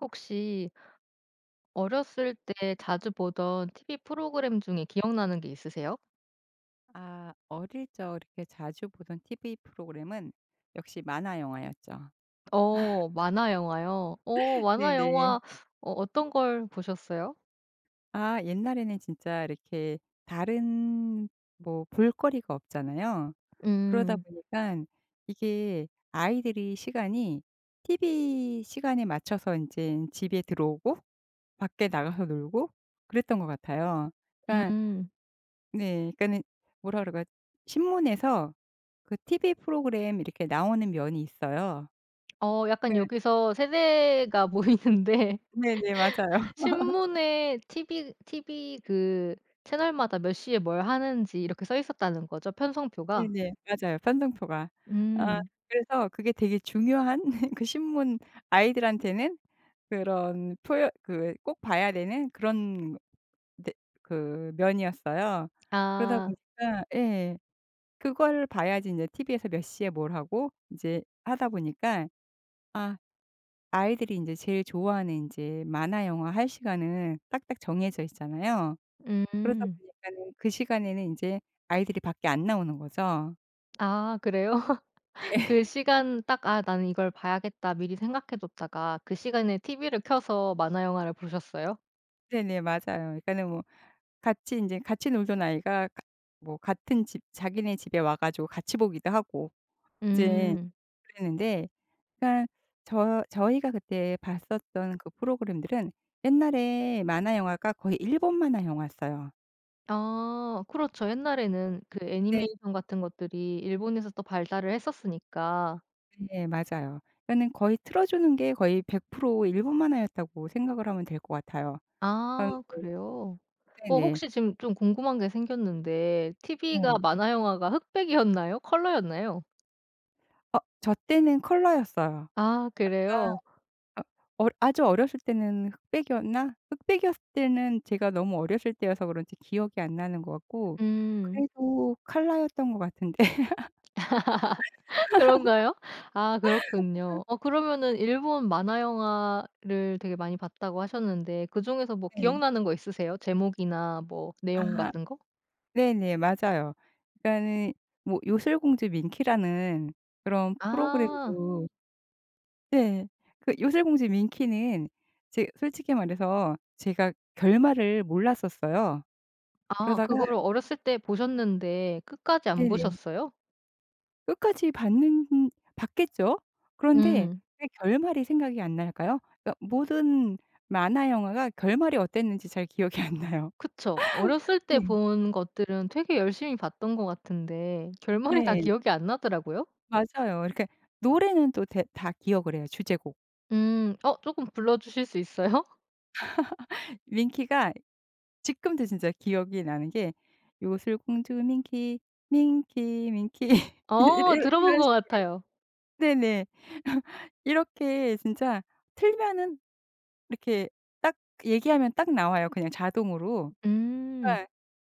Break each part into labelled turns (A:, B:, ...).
A: 혹시 어렸을 때 자주 보던 TV 프로그램 중에 기억나는 게 있으세요?
B: 아 어릴 적 이렇게 자주 보던 TV 프로그램은 역시 만화 영화였죠.
A: 어 만화 영화요. 어 만화
B: 네네.
A: 영화. 어 어떤 걸 보셨어요?
B: 아 옛날에는 진짜 이렇게 다른 뭐 볼거리가 없잖아요. 그러다
A: 음.
B: 보니까 이게 아이들이 시간이 TV 시간에 맞춰서 이제 집에 들어오고 밖에 나가서 놀고 그랬던 것 같아요. 그러니까
A: 음.
B: 네 그러니까는 뭐라 그럴까 신문에서 그 TV 프로그램 이렇게 나오는 면이 있어요.
A: 어 약간 여기서 세대가 보이는데.
B: 네네. 맞아요.
A: 신문에 TV 그 채널마다 몇 시에 뭘 하는지 이렇게 써 있었다는 거죠, 편성표가?
B: 네네. 맞아요. 편성표가. 아
A: 음.
B: 그래서 그게 되게 중요한 그 신문 아이들한테는 그런 표현 그 꼭 봐야 되는 그런 네 그 면이었어요. 그러다
A: 아.
B: 보니까 예. 그걸 봐야지 인제 티브이에서 몇 시에 뭘 하고 인제 하다 보니까 아 아이들이 인제 제일 좋아하는 인제 만화, 영화 할 시간은 딱딱 정해져 있잖아요. 그러다
A: 음.
B: 보니까는 그 시간에는 인제 아이들이 밖에 안 나오는 거죠.
A: 아 그래요? 그 시간 딱 '아 나는 이걸 봐야겠다.' 미리 생각해 뒀다가 그 시간에 TV를 켜서 만화 영화를 보셨어요?
B: 네네. 맞아요. 그러니까는 뭐 같이 인제 같이 놀던 아이가 가 뭐 같은 집 자기네 집에 와 가지고 같이 보기도 하고 이제
A: 음.
B: 그랬는데 그러니까 저희가 그때 봤었던 그 프로그램들은 옛날에 만화 영화가 거의 일본 만화 영화였어요.
A: 아 그렇죠. 옛날에는 그
B: 네.
A: 애니메이션 같은 것들이 일본에서 또 발달을 했었으니까.
B: 네. 맞아요. 그러니까는 거의 틀어 주는 게 거의 100% 일본 만화였다고 생각을 하면 될 것 같아요.
A: 아
B: 아이고
A: 그래요? 어
B: 네네.
A: 혹시 지금 좀 궁금한 게 생겼는데 TV가,
B: 네.
A: 만화 영화가 흑백이었나요? 컬러였나요?
B: 어 저 때는 컬러였어요.
A: 아 그래요?
B: 아 어 아주 어렸을 때는 흑백이었나? 흑백이었을 때는 제가 너무 어렸을 때여서 그런지 기억이 안 나는 것 같고
A: 음.
B: 그래도 칼라였던 것 같은데. 네.
A: 그런가요? 아 그렇군요. 어 그러면은 일본 만화 영화를 되게 많이 봤다고 하셨는데 그중에서 뭐 기억나는 거 있으세요? 제목이나 뭐 내용
B: 아
A: 같은 거?
B: 네네. 맞아요. 그러니까는 뭐 요술공주 민키라는 그런
A: 아.
B: 프로그램도 네. 그 요술공주 민키는 제 솔직히 말해서 제가 결말을 몰랐었어요.
A: 아,
B: 그러다가
A: 그거를 어렸을 때 보셨는데 끝까지 안
B: 네네.
A: 보셨어요?
B: 끝까지 받는 받겠죠. 그런데
A: 음.
B: 왜 결말이 생각이 안 날까요? 그러니까 모든 만화 영화가 결말이 어땠는지 잘 기억이 안 나요.
A: 그쵸. 어렸을 때
B: 네.
A: 본 것들은 되게 열심히 봤던 것 같은데 결말이 다
B: 네.
A: 기억이 안 나더라고요.
B: 맞아요. 이렇게 노래는 또 대 다 기억을 해요, 주제곡.
A: 음. 어 조금 불러 주실 수 있어요?
B: 민키가 지금도 진짜 기억이 나는 게 요술공주 민키, 민키, 민키 이 이
A: 어
B: 이런
A: 들어본
B: 이런
A: 것
B: 식
A: 같아요.
B: 네네. 이렇게 진짜 틀면은 이렇게 딱 얘기하면 딱 나와요, 그냥 자동으로.
A: 음.
B: 그러니까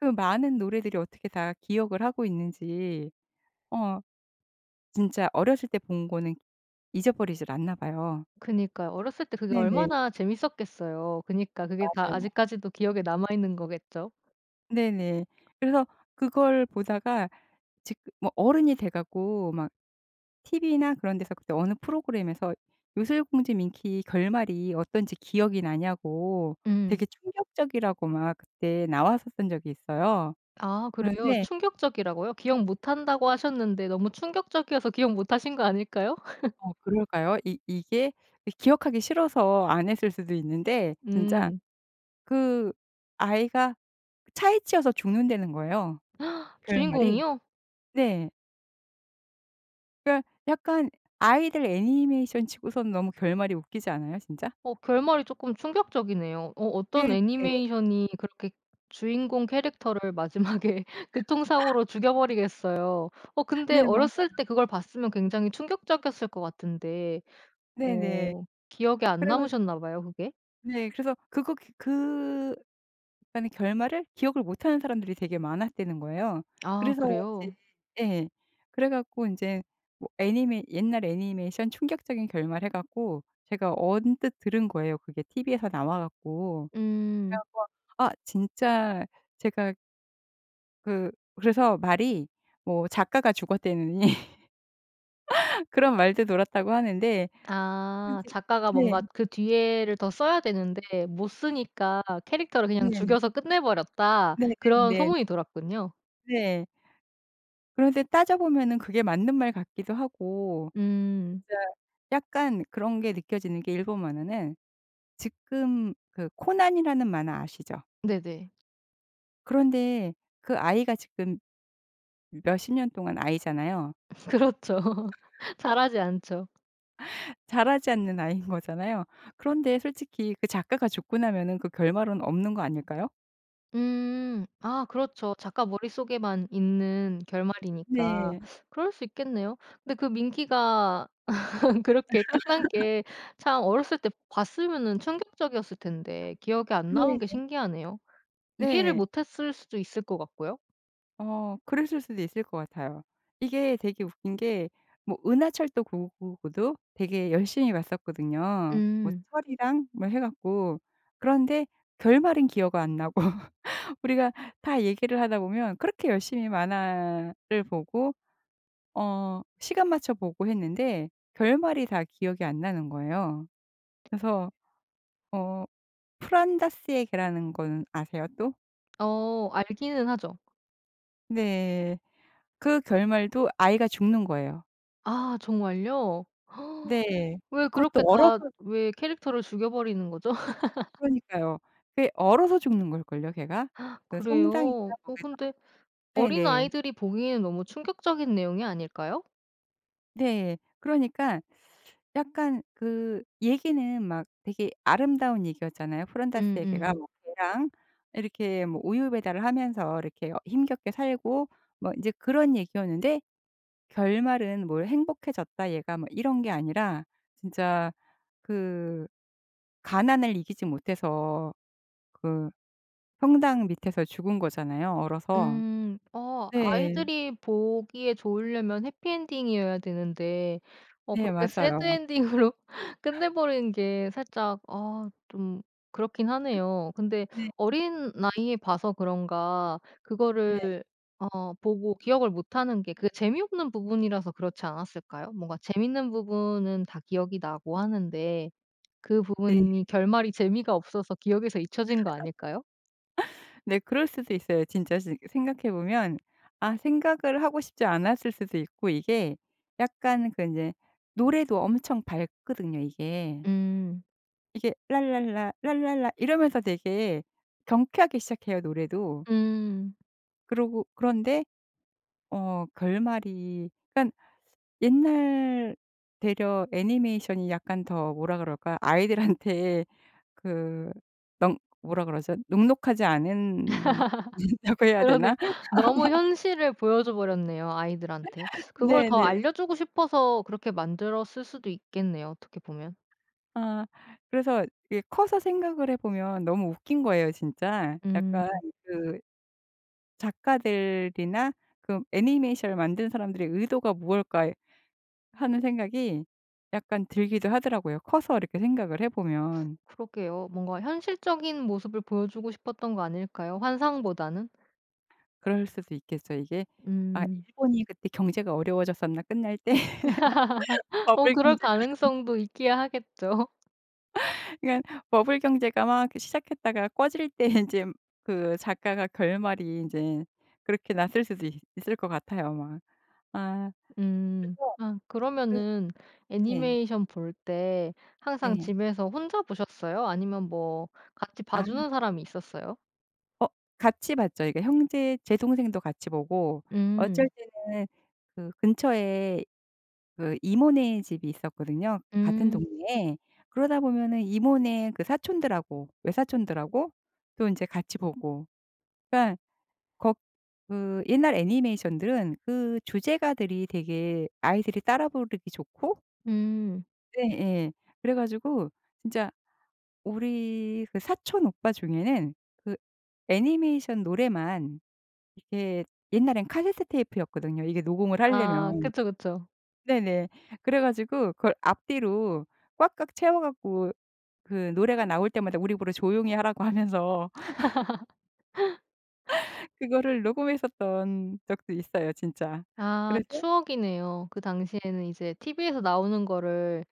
B: 그 많은 노래들이 어떻게 다 기억을 하고 있는지 어 진짜 어렸을 때 본 거는 잊어버리질 않나 봐요.
A: 그니까요. 어렸을 때 그게
B: 네네.
A: 얼마나 재밌었겠어요. 그니까 그게 다
B: 맞아요.
A: 아직까지도 기억에 남아 있는 거겠죠?
B: 네네. 그래서 그걸 보다가 지금 뭐 어른이 돼 갖고 막 TV나 그런 데서 그때 어느 프로그램에서 요술공주 민키 결말이 어떤지 기억이 나냐고
A: 음.
B: 되게 충격적이라고 막 그때 나왔었던 적이 있어요.
A: 아 그래요?
B: 그런데
A: 충격적이라고요? 기억 못 한다고 하셨는데 너무 충격적이어서 기억 못 하신 거 아닐까요?
B: 어 그럴까요? 이 이게 이 기억하기 싫어서 안 했을 수도 있는데 진짜
A: 음.
B: 그 아이가 차에 치여서 죽는다는 거예요, 결말이.
A: 주인공이요?
B: 네. 그러니까 약간 아이들 애니메이션 치고서는 너무 결말이 웃기지 않아요, 진짜?
A: 어 결말이 쪼끔 충격적이네요. 어 어떤
B: 네네.
A: 애니메이션이 그렇게 주인공 캐릭터를 마지막에 교통사고로 죽여버리겠어요. 어 근데
B: 네 맞아.
A: 어렸을 때 그걸 봤으면 굉장히 충격적이었을 것 같은데.
B: 네네.
A: 어 기억에 안
B: 그래 가지고
A: 남으셨나 봐요 그게?
B: 네 그래서 그거 그 그러니까는 결말을 기억을 못하는 사람들이 되게 많았다는 거예요.
A: 아
B: 그래서 이제
A: 그래요?
B: 예. 그래 갖고 인제 뭐 애니메 옛날 애니메이션 충격적인 결말 해 갖고 제가 언뜻 들은 거예요, 그게 티브이에서 나와 갖고. 그래
A: 음.
B: 갖고 아 진짜 제가 그 그래서 말이 뭐 작가가 죽었다느니 그런 말도 돌았다고 하는데
A: 아
B: 근데
A: 작가가
B: 네.
A: 뭔가 그 뒤에를 더 써야 되는데 못 쓰니까 캐릭터를 그냥
B: 네네.
A: 죽여서 끝내 버렸다.
B: 네네네.
A: 그런
B: 네.
A: 소문이 돌았군요.
B: 네, 네. 그런데 따져 보면은 그게 맞는 말 같기도 하고
A: 음.
B: 진짜 약간 그런 게 느껴지는 게 일본 만화는 지금 그 코난이라는 만화 아시죠?
A: 네네.
B: 그런데 그 아이가 지금 몇십 년 동안 아이잖아요.
A: 그렇죠. 잘하지 않죠.
B: 자라지 않는 아이인 거잖아요. 그런데 솔직히 그 작가가 죽고 나면은 그 결말은 없는 거 아닐까요?
A: 음. 아 그렇죠. 작가 머릿속에만 있는 결말이니까
B: 네.
A: 그럴 수 있겠네요. 근데 그 민키가 그렇게 끝난 게 참, 어렸을 때 봤으면은 충격적이었을 텐데 기억에 안 남은 게
B: 네.
A: 신기하네요. 이해를
B: 네.
A: 못했을 수도 있을 것 같고요.
B: 어 그랬을 수도 있을 것 같아요. 이게 되게 웃긴 게 뭐 은하철도 999도 되게 열심히 봤었거든요. 뭐
A: 음.
B: 철이랑 뭐 해 갖고. 그런데 결말은 기억 안 나고 우리가 다 얘기를 하다 보면 그렇게 열심히 만화를 보고 어 시간 맞춰 보고 했는데 결말이 다 기억이 안 나는 거예요. 그래서 어 프란다스의 개라는 건 아세요 또?
A: 어 알기는 하죠.
B: 네. 그 결말도 아이가 죽는 거예요.
A: 아 정말요?
B: 네.
A: 왜 그렇게
B: 그것도 얼어서
A: 다 왜 캐릭터를 죽여버리는 거죠?
B: 그러니까요. 그게 얼어서 죽는 걸걸요 걔가. 그 성장인가
A: 그래요? 어
B: 거기서?
A: 근데
B: 네네.
A: 어린아이들이 보기에는 너무 충격적인 내용이 아닐까요?
B: 네. 그러니까 약간 그 얘기는 막 되게 아름다운 얘기였잖아요. 프란다스의 걔가
A: 음음.
B: 뭐 개랑 이렇게 뭐 우유 배달을 하면서 이렇게 어 힘겹게 살고 뭐 인제 그런 얘기였는데 결말은 뭘 행복해졌다 얘가 뭐 이런 게 아니라 진짜 그 가난을 이기지 못해서 그 평당 밑에서 죽은 거잖아요, 얼어서.
A: 음. 어
B: 네.
A: 아이들이 보기에 좋으려면 해피엔딩이어야 되는데 어
B: 네
A: 그렇게 새드
B: 맞아요.
A: 엔딩으로 끝내버리는 게 살짝, 아 좀 그렇긴 하네요. 근데
B: 네.
A: 어린 나이에 봐서 그런가
B: 네
A: 그거를 어 보고 기억을 못하는 게, 그게 재미없는 부분이라서 그렇지 않았을까요? 뭔가 재밌는 부분은 다 기억이 나고 하는데 그
B: 네.
A: 부분이 결말이 재미가 없어서 기억에서 잊혀진 거 아닐까요?
B: 네 그럴 수도 있어요. 진짜 지 생각해 보면 아 생각을 하고 싶지 않았을 수도 있고 이게 약간 그 인제 노래도 엄청 밝거든요, 이게.
A: 음.
B: 이게 랄랄라 랄랄라 이러면서 되게 경쾌하게 시작해요, 노래도.
A: 음.
B: 그러고 그런데 어 결말이 그러니깐 옛날 되려 애니메이션이 약간 더 뭐라 그럴까? 아이들한테 그 넉 뭐라 그러죠? 눅눅하지 않은 다고 해야
A: 그러네요.
B: 되나?
A: 너무 현실을 보여줘 버렸네요, 아이들한테. 그걸 더
B: 네네.
A: 알려주고 싶어서 그렇게 만들었을 수도 있겠네요, 어떻게 보면.
B: 아 그래서 이게 커서 생각을 해 보면 너무 웃긴 거예요 진짜. 약간
A: 음.
B: 그 작가들이나 그 애니메이션을 만든 사람들의 의도가 무엇일까 하는 생각이 약간 들기도 하더라고요. 커서 이렇게 생각을 해 보면
A: 그러게요. 뭔가 현실적인 모습을 보여주고 싶었던 거 아닐까요, 환상보다는?
B: 그럴 수도 있겠죠. 이게 "아
A: 음.
B: 일본이 그때 경제가 어려워졌었나 끝날 때?
A: 어
B: 버블
A: 그럴
B: 경제".
A: 가능성도 있기야 하겠죠.
B: 그러니까 버블 경제가 막 시작했다가 꺼질 때 인제 그 작가가 결말이 인제 그렇게 났을 수도 있 있을 것 같아요 막. 아 그래서
A: 아
B: 그
A: 그러면은
B: 네.
A: 애니메이션 볼 때 항상
B: 네.
A: 집에서 혼자 보셨어요? 아니면 뭐 같이 봐
B: 아
A: 주는 사람이 있었어요?
B: 어 같이 봤죠. 그러니까 형제 제 동생도 같이 보고
A: 음.
B: 어쩔 때는 그 근처에 그 이모네 집이 있었거든요 같은
A: 음.
B: 동네에. 그러다 보면은 이모네 그 사촌들하고 외사촌들하고 또 인제 같이 보고 그러니까 거 그 옛날 애니메이션들은 그 주제가들이 되게 아이들이 따라 부르기 좋고
A: 음.
B: 네. 예예. 그래 가지고 진짜 우리 그 사촌 오빠 중에는 그 애니메이션 노래만 이게 옛날엔 카세트 테이프였거든요 이게 녹음을
A: 아
B: 하려면.
A: 그쵸, 그쵸.
B: 네네. 그래 가지고 그걸 앞뒤로 꽉꽉 채워 갖고 그 노래가 나올 때마다 우리 보러 조용히 하라고 하면서 그거를 녹음했었던 적도 있어요 진짜.
A: 아
B: 그래서
A: 추억이네요. 그 당시에는 이제 TV에서 나오는 거를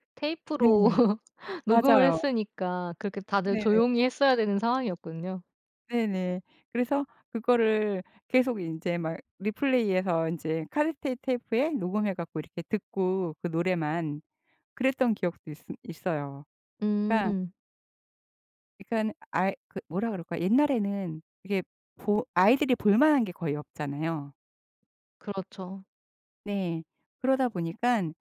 B: 네.
A: 테이프로 녹음을
B: 맞아요.
A: 했으니까 그렇게 다들
B: 네네.
A: 조용히 했어야 되는 상황이었군요.
B: 네네. 그래서 그거를 계속 인제 막 리플레이해서 인제 카세트 테이프에 녹음해 갖고 이렇게 듣고 그 노래만 그랬던 기억도 있으 있어요. 그러니까
A: 음.
B: 그러니깐 아이 그 뭐라 그럴까? 옛날에는 이게 보 아이들이 볼 만한 게 거의 없잖아요.
A: 그렇죠.
B: 네. 그러다 보니깐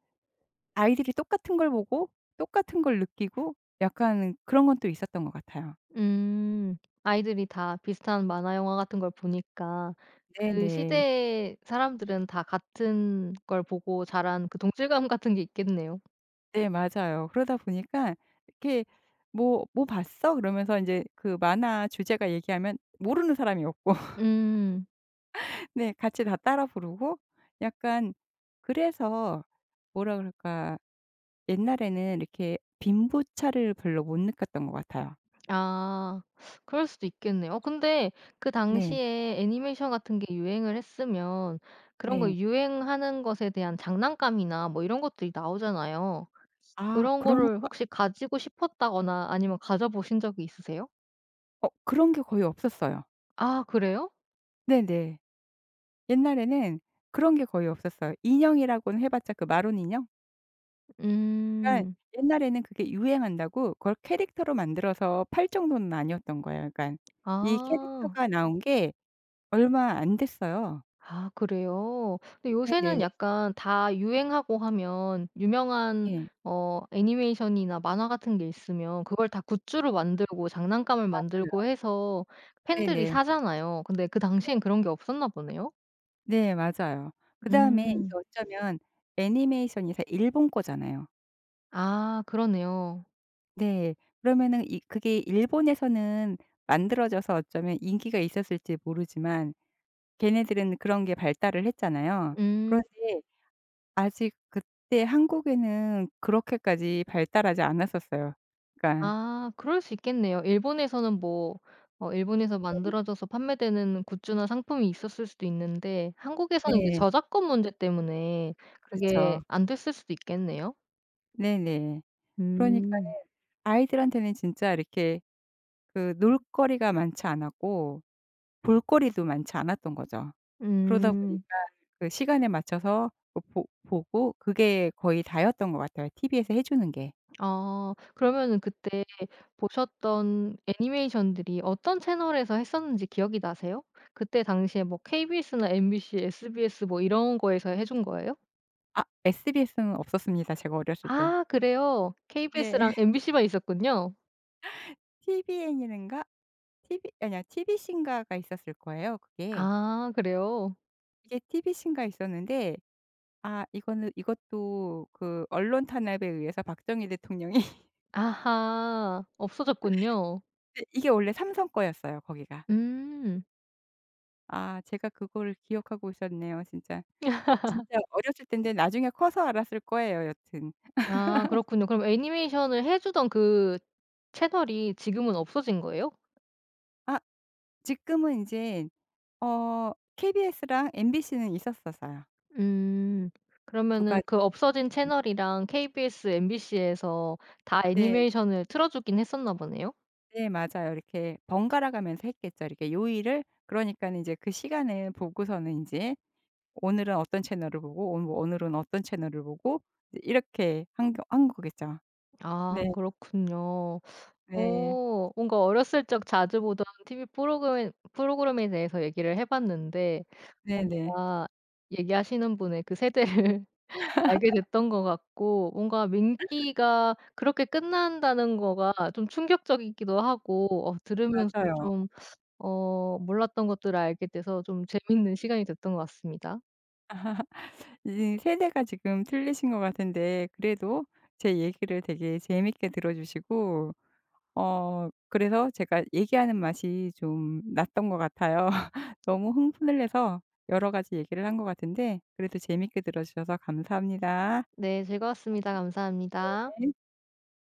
B: 아이들이 똑같은 걸 보고 똑같은 걸 느끼고 약간 그런 건 또 있었던 것 같아요.
A: 음. 아이들이 다 비슷한 만화 영화 같은 걸 보니까 그
B: 네네.
A: 시대의 사람들은 다 같은 걸 보고 자란 그 동질감 같은 게 있겠네요.
B: 네 맞아요. 그러다 보니까 이렇게 "뭐 뭐 봤어?" 그러면서 이제 그 만화 주제가 얘기하면 모르는 사람이 없고
A: 음.
B: 네 같이 다 따라 부르고 약간 그래서 뭐라 그럴까 옛날에는 이렇게 빈부차를 별로 못 느꼈던 것 같아요.
A: 아. 그럴 수도 있겠네요. 어 근데 그
B: 네.
A: 당시에 애니메이션 같은 게 유행을 했으면 그런 거
B: 네.
A: 유행하는 것에 대한 장난감이나 뭐 이런 것들이 나오잖아요.
B: 아
A: 그런
B: 그런
A: 거를
B: 것도
A: 혹시 가지고 싶었다거나 아니면 가져 보신 적이 있으세요?
B: 어 그런 게 거의 없었어요.
A: 아 그래요?
B: 네네. 옛날에는 그런 게 거의 없었어요. 인형이라고는 해 봤자 그 마론 인형? 그러니까
A: 음.
B: 옛날에는 그게 유행한다고 그걸 캐릭터로 만들어서 팔 정도는 아니었던 거예요. 그러니까 이
A: 아.
B: 캐릭터가 나온 게 얼마 안 됐어요.
A: 아 그래요? 근데 요새는
B: 네네.
A: 약간 다 유행하고 하면 유명한
B: 네.
A: 어 애니메이션이나 만화 같은 게 있으면 그걸 다 굿즈로 만들고 장난감을
B: 맞아요.
A: 만들고 해서 팬들이
B: 네네.
A: 사잖아요. 근데 그
B: 네.
A: 당시엔 그런 게 없었나 보네요?
B: 네 맞아요. 그다음에 이게
A: 음.
B: 어쩌면 애니메이션이사 일본 거잖아요.
A: 아 그러네요.
B: 네. 그러면은 이 그게 일본에서는 만들어져서 어쩌면 인기가 있었을지 모르지만 걔네들은 그런 게 발달을 했잖아요.
A: 음.
B: 그런데 아직 그때 한국에는 그렇게까지 발달하지 않았었어요. 그러니까
A: 아 그럴 수 있겠네요. 일본에서는 뭐 어 일본에서 만들어져서 판매되는 굿즈나 상품이 있었을 수도 있는데 한국에서는 이제
B: 네.
A: 저작권 문제 때문에
B: 그렇죠.
A: 그게 안 됐을 수도 있겠네요?
B: 네네. 그러니까는
A: 음.
B: 아이들한테는 진짜 이렇게 그 놀거리가 많지 않았고 볼거리도 많지 않았던 거죠. 그러다
A: 음.
B: 보니까 그 시간에 맞춰서 그 보 보고 그게 거의 다였던 것 같아요, 티비에서 해 주는 게.
A: 아 그러면은 그때 보셨던 애니메이션들이 어떤 채널에서 했었는지 기억이 나세요? 그때 당시에 뭐 KBS나 MBC, SBS 뭐 이런 거에서 해준 거예요?
B: 아 SBS는 없었습니다, 제가 어렸을 때.
A: 아 그래요?
B: 네.
A: KBS랑 MBC만 있었군요.
B: TVN인가? TV 아니야 TVC인가가 있었을 거예요, 그게.
A: 아 그래요?
B: 이게 TV신가 있었는데 아 이거는 이것도 그 언론 탄압에 의해서 박정희 대통령이
A: 아하. 없어졌군요.
B: 근데 이게 원래 삼성 거였어요 거기가.
A: 음.
B: 아 제가 그거를 기억하고 있었네요 진짜. 진짜 어렸을 인데 나중에 커서 알았을 거예요 여튼.
A: 아 그렇군요. 그럼 애니메이션을 해 주던 그 채널이 지금은 없어진 거예요?
B: 아 지금은 이제어 KBS랑 MBC는 있었었어요.
A: 음.
B: 두
A: 그러면은
B: 가지.
A: 그 없어진 채널이랑 KBS, MBC에서 다
B: 네.
A: 애니메이션을 틀어 주긴 했었나 보네요?
B: 네 맞아요. 이렇게 번갈아 가면서 했겠죠. 이렇게 요일을 그러니까는 이제 그 시간을 보고서는 이제 오늘은 어떤 채널을 보고 오늘 뭐 오늘은 어떤 채널을 보고 이제 이렇게 한 거겠죠.
A: 아
B: 네.
A: 그렇군요.
B: 네.
A: 어 뭔가 어렸을 적 자주 보던 TV 프로그램 프로그램에 대해서 얘기를 해 봤는데
B: 네네.
A: 뭔가 얘기하시는 분의 그 세대를 알게 됐던 것 같고, 뭔가 민기가 그렇게 끝난다는 거가 좀 충격적이기도 하고 어 들으면서
B: 맞아요.
A: 좀 어 몰랐던 것들을 알게 돼서 좀 재밌는 시간이 됐던 것 같습니다.
B: 이 세대가 지금 틀리신 것 같은데 그래도 제 얘기를 되게 재밌게 들어 주시고 어 그래서 제가 얘기하는 맛이 좀 났던 것 같아요. 너무 흥분을 해서 여러 가지 얘기를 한 것 같은데 그래도 재밌게 들어 주셔서 감사합니다.
A: 네, 즐거웠습니다. 감사합니다.
B: 네.